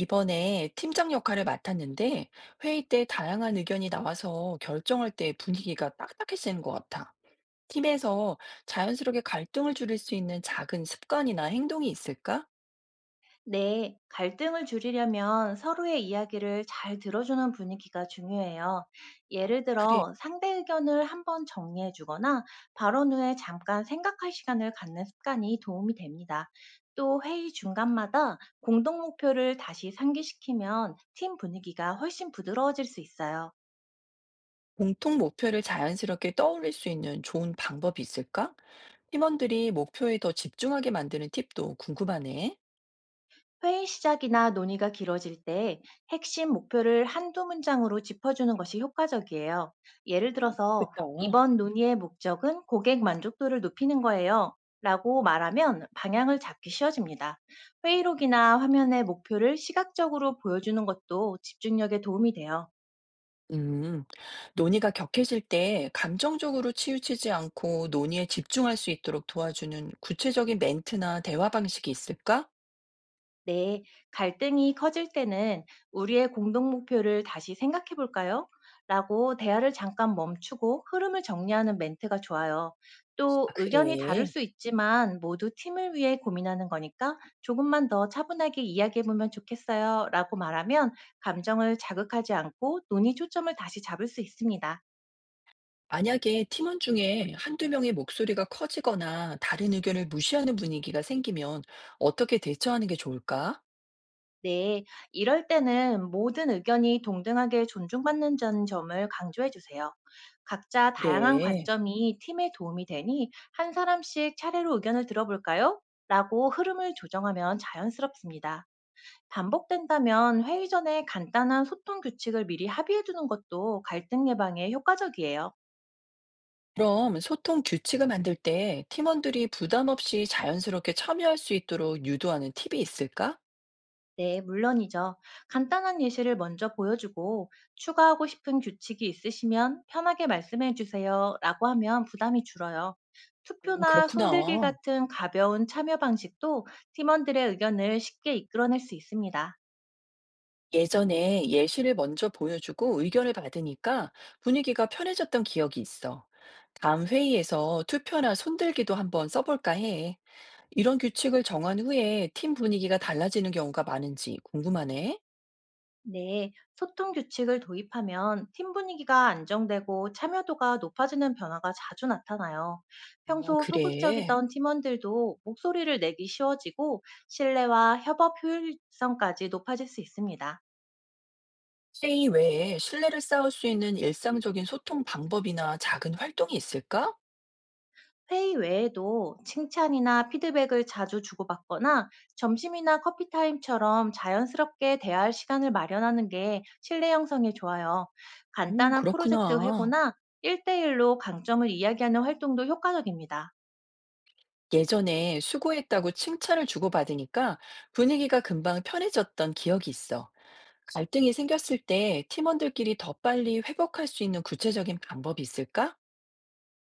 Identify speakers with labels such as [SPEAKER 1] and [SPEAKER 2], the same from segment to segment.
[SPEAKER 1] 이번에 팀장 역할을 맡았는데 회의 때 다양한 의견이 나와서 결정할 때 분위기가 딱딱해지는 것 같아. 팀에서 자연스럽게 갈등을 줄일 수 있는 작은 습관이나 행동이 있을까?
[SPEAKER 2] 네, 갈등을 줄이려면 서로의 이야기를 잘 들어주는 분위기가 중요해요.
[SPEAKER 1] 아,
[SPEAKER 2] 예를
[SPEAKER 1] 그래.
[SPEAKER 2] 들어, 상대 의견을 한번 정리해 주거나 발언 후에 잠깐 생각할 시간을 갖는 습관이 도움이 됩니다. 또 회의 중간마다 공동 목표를 다시 상기시키면 팀 분위기가 훨씬 부드러워질 수 있어요.
[SPEAKER 1] 공통 목표를 자연스럽게 떠올릴 수 있는 좋은 방법이 있을까? 팀원들이 목표에 더 집중하게 만드는 팁도 궁금하네.
[SPEAKER 2] 회의 시작이나 논의가 길어질 때 핵심 목표를 한두 문장으로 짚어주는 것이 효과적이에요. 예를 들어서,
[SPEAKER 1] 그렇겠다.
[SPEAKER 2] "이번 논의의 목적은 고객 만족도를 높이는 거예요. 라고 말하면 방향을 잡기 쉬워집니다. 회의록이나 화면의 목표를 시각적으로 보여주는 것도 집중력에 도움이 돼요.
[SPEAKER 1] 음, 논의가 격해질 때 감정적으로 치우치지 않고 논의에 집중할 수 있도록 도와주는 구체적인 멘트나 대화 방식이 있을까?
[SPEAKER 2] 네, 갈등이 커질 때는 "우리의 공동 목표를 다시 생각해 볼까요? 라고 대화를 잠깐 멈추고 흐름을 정리하는 멘트가 좋아요. 또
[SPEAKER 1] 아,
[SPEAKER 2] "의견이 다를
[SPEAKER 1] 그래.
[SPEAKER 2] 수 있지만 모두 팀을 위해 고민하는 거니까 조금만 더 차분하게 이야기해 보면 좋겠어요. 라고 말하면 감정을 자극하지 않고 논의 초점을 다시 잡을 수 있습니다.
[SPEAKER 1] 만약에 팀원 중에 한두 명의 목소리가 커지거나 다른 의견을 무시하는 분위기가 생기면 어떻게 대처하는 게 좋을까?
[SPEAKER 2] 네, 이럴 때는 모든 의견이 동등하게 존중받는 점을 강조해 주세요. "각자 다양한
[SPEAKER 1] 그래.
[SPEAKER 2] 관점이 팀에 도움이 되니 한 사람씩 차례로 의견을 들어볼까요? 라고 흐름을 조정하면 자연스럽습니다. 반복된다면 회의 전에 간단한 소통 규칙을 미리 합의해 두는 것도 갈등 예방에 효과적이에요.
[SPEAKER 1] 그럼 소통 규칙을 만들 때 팀원들이 부담 없이 자연스럽게 참여할 수 있도록 유도하는 팁이 있을까?
[SPEAKER 2] 네, 물론이죠. "간단한 예시를 먼저 보여주고 추가하고 싶은 규칙이 있으시면 편하게 말씀해 주세요. 라고 하면 부담이 줄어요. 투표나
[SPEAKER 1] 그렇구나.
[SPEAKER 2] 손들기 같은 가벼운 참여 방식도 팀원들의 의견을 쉽게 이끌어낼 수 있습니다.
[SPEAKER 1] 예전에 예시를 먼저 보여주고 의견을 받으니까 분위기가 편해졌던 기억이 있어. 다음 회의에서 투표나 손들기도 한번 써볼까 해. 이런 규칙을 정한 후에 팀 분위기가 달라지는 경우가 많은지 궁금하네.
[SPEAKER 2] 네, 소통 규칙을 도입하면 팀 분위기가 안정되고 참여도가 높아지는 변화가 자주 나타나요.
[SPEAKER 1] 아,
[SPEAKER 2] 평소
[SPEAKER 1] 그래.
[SPEAKER 2] 소극적이던 팀원들도 목소리를 내기 쉬워지고 신뢰와 협업 효율성까지 높아질 수 있습니다.
[SPEAKER 1] 회의 외에 신뢰를 쌓을 수 있는 일상적인 소통 방법이나 작은 활동이 있을까?
[SPEAKER 2] 회의 외에도 칭찬이나 피드백을 자주 주고받거나 점심이나 커피 타임처럼 자연스럽게 대화할 시간을 마련하는 게 신뢰 형성에 좋아요. 간단한 프로젝트
[SPEAKER 1] 그렇구나.
[SPEAKER 2] 회고나 1대1로 강점을 이야기하는 활동도 효과적입니다.
[SPEAKER 1] 예전에 수고했다고 칭찬을 주고받으니까 분위기가 금방 편해졌던 기억이 있어. 갈등이 생겼을 때 팀원들끼리 더 빨리 회복할 수 있는 구체적인 방법이 있을까?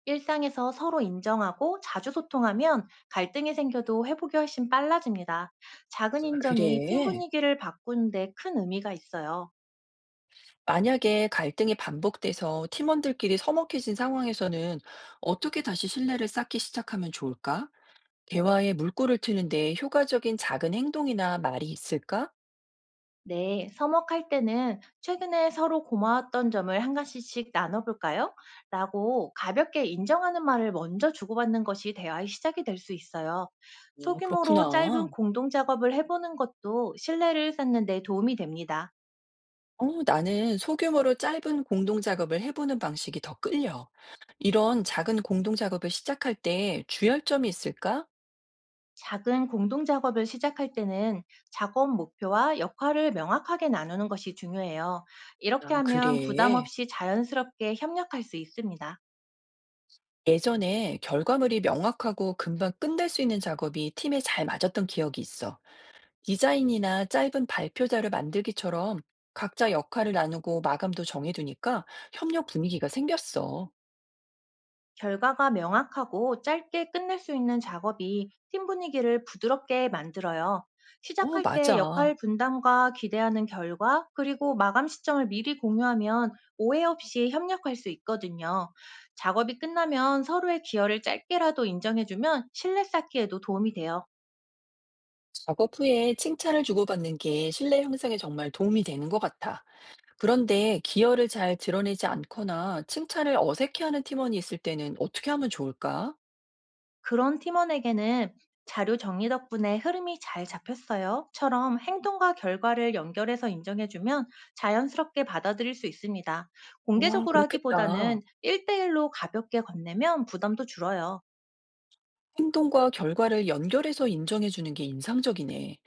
[SPEAKER 2] 일상에서 서로 인정하고 자주 소통하면 갈등이 생겨도 회복이 훨씬 빨라집니다. 작은 인정이 팀
[SPEAKER 1] 그래.
[SPEAKER 2] 분위기를 바꾸는데 큰 의미가 있어요.
[SPEAKER 1] 만약에 갈등이 반복돼서 팀원들끼리 서먹해진 상황에서는 어떻게 다시 신뢰를 쌓기 시작하면 좋을까? 대화에 물꼬를 트는데 효과적인 작은 행동이나 말이 있을까?
[SPEAKER 2] 네, 서먹할 때는 "최근에 서로 고마웠던 점을 한 가지씩 나눠볼까요? 라고 가볍게 인정하는 말을 먼저 주고받는 것이 대화의 시작이 될 수 있어요.
[SPEAKER 1] 아,
[SPEAKER 2] 소규모로
[SPEAKER 1] 그렇구나.
[SPEAKER 2] 짧은 공동 작업을 해보는 것도 신뢰를 쌓는 데 도움이 됩니다.
[SPEAKER 1] 어, 나는 소규모로 짧은 공동 작업을 해보는 방식이 더 끌려. 이런 작은 공동 작업을 시작할 때 주의할 점이 있을까?
[SPEAKER 2] 작은 공동 작업을 시작할 때는 작업 목표와 역할을 명확하게 나누는 것이 중요해요. 이렇게
[SPEAKER 1] 아,
[SPEAKER 2] 하면 부담
[SPEAKER 1] 그래.
[SPEAKER 2] 없이 자연스럽게 협력할 수 있습니다.
[SPEAKER 1] 예전에 결과물이 명확하고 금방 끝낼 수 있는 작업이 팀에 잘 맞았던 기억이 있어. 디자인이나 짧은 발표자를 만들기처럼 각자 역할을 나누고 마감도 정해두니까 협력 분위기가 생겼어.
[SPEAKER 2] 결과가 명확하고 짧게 끝낼 수 있는 작업이 팀 분위기를 부드럽게 만들어요.
[SPEAKER 1] 어,
[SPEAKER 2] 시작할 때
[SPEAKER 1] 맞아.
[SPEAKER 2] 역할 분담과 기대하는 결과, 그리고 마감 시점을 미리 공유하면 오해 없이 협력할 수 있거든요. 작업이 끝나면 서로의 기여를 짧게라도 인정해주면 신뢰 쌓기에도 도움이 돼요.
[SPEAKER 1] 작업 후에 칭찬을 주고받는 게 신뢰 형성에 정말 도움이 되는 것 같아. 그런데 기여를 잘 드러내지 않거나 칭찬을 어색해하는 팀원이 있을 때는 어떻게 하면 좋을까?
[SPEAKER 2] 그런 팀원에게는 "자료 정리 덕분에 흐름이 잘 잡혔어요."처럼 행동과 결과를 연결해서 인정해주면 자연스럽게 받아들일 수 있습니다.
[SPEAKER 1] 아,
[SPEAKER 2] 공개적으로
[SPEAKER 1] 그렇겠다.
[SPEAKER 2] 하기보다는 1대1로 가볍게 건네면 부담도 줄어요.
[SPEAKER 1] 행동과 결과를 연결해서 인정해주는 게 인상적이네.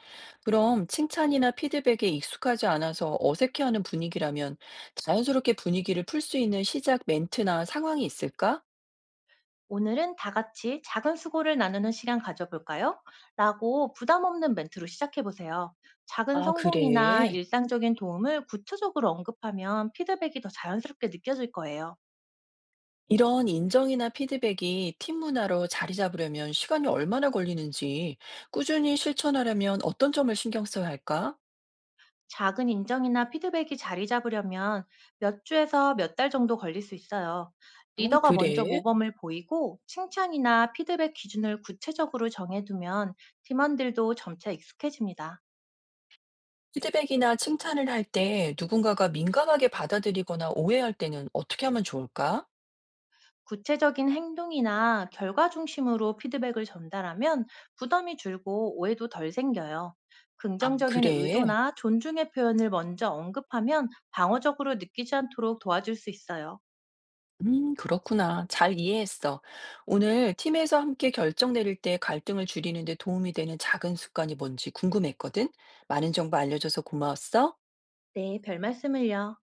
[SPEAKER 1] 그럼 칭찬이나 피드백에 익숙하지 않아서 어색해하는 분위기라면 자연스럽게 분위기를 풀 수 있는 시작 멘트나 상황이 있을까?
[SPEAKER 2] "오늘은 다 같이 작은 수고를 나누는 시간 가져볼까요? 라고 부담 없는 멘트로 시작해보세요. 작은
[SPEAKER 1] 아,
[SPEAKER 2] 성공이나
[SPEAKER 1] 그래.
[SPEAKER 2] 일상적인 도움을 구체적으로 언급하면 피드백이 더 자연스럽게 느껴질 거예요.
[SPEAKER 1] 이런 인정이나 피드백이 팀 문화로 자리 잡으려면 시간이 얼마나 걸리는지, 꾸준히 실천하려면 어떤 점을 신경 써야 할까?
[SPEAKER 2] 작은 인정이나 피드백이 자리 잡으려면 몇 주에서 몇 달 정도 걸릴 수 있어요.
[SPEAKER 1] 아,
[SPEAKER 2] 리더가 먼저
[SPEAKER 1] 그래.
[SPEAKER 2] 모범을 보이고 칭찬이나 피드백 기준을 구체적으로 정해두면 팀원들도 점차 익숙해집니다.
[SPEAKER 1] 피드백이나 칭찬을 할 때 누군가가 민감하게 받아들이거나 오해할 때는 어떻게 하면 좋을까?
[SPEAKER 2] 구체적인 행동이나 결과 중심으로 피드백을 전달하면 부담이 줄고 오해도 덜 생겨요.
[SPEAKER 1] 아,
[SPEAKER 2] 긍정적인
[SPEAKER 1] 그래?
[SPEAKER 2] 의도나 존중의 표현을 먼저 언급하면 방어적으로 느끼지 않도록 도와줄 수 있어요.
[SPEAKER 1] 그렇구나. 잘 이해했어. 오늘 팀에서 함께 결정 내릴 때 갈등을 줄이는 데 도움이 되는 작은 습관이 뭔지 궁금했거든? 많은 정보 알려줘서 고마웠어.
[SPEAKER 2] 네, 별 말씀을요.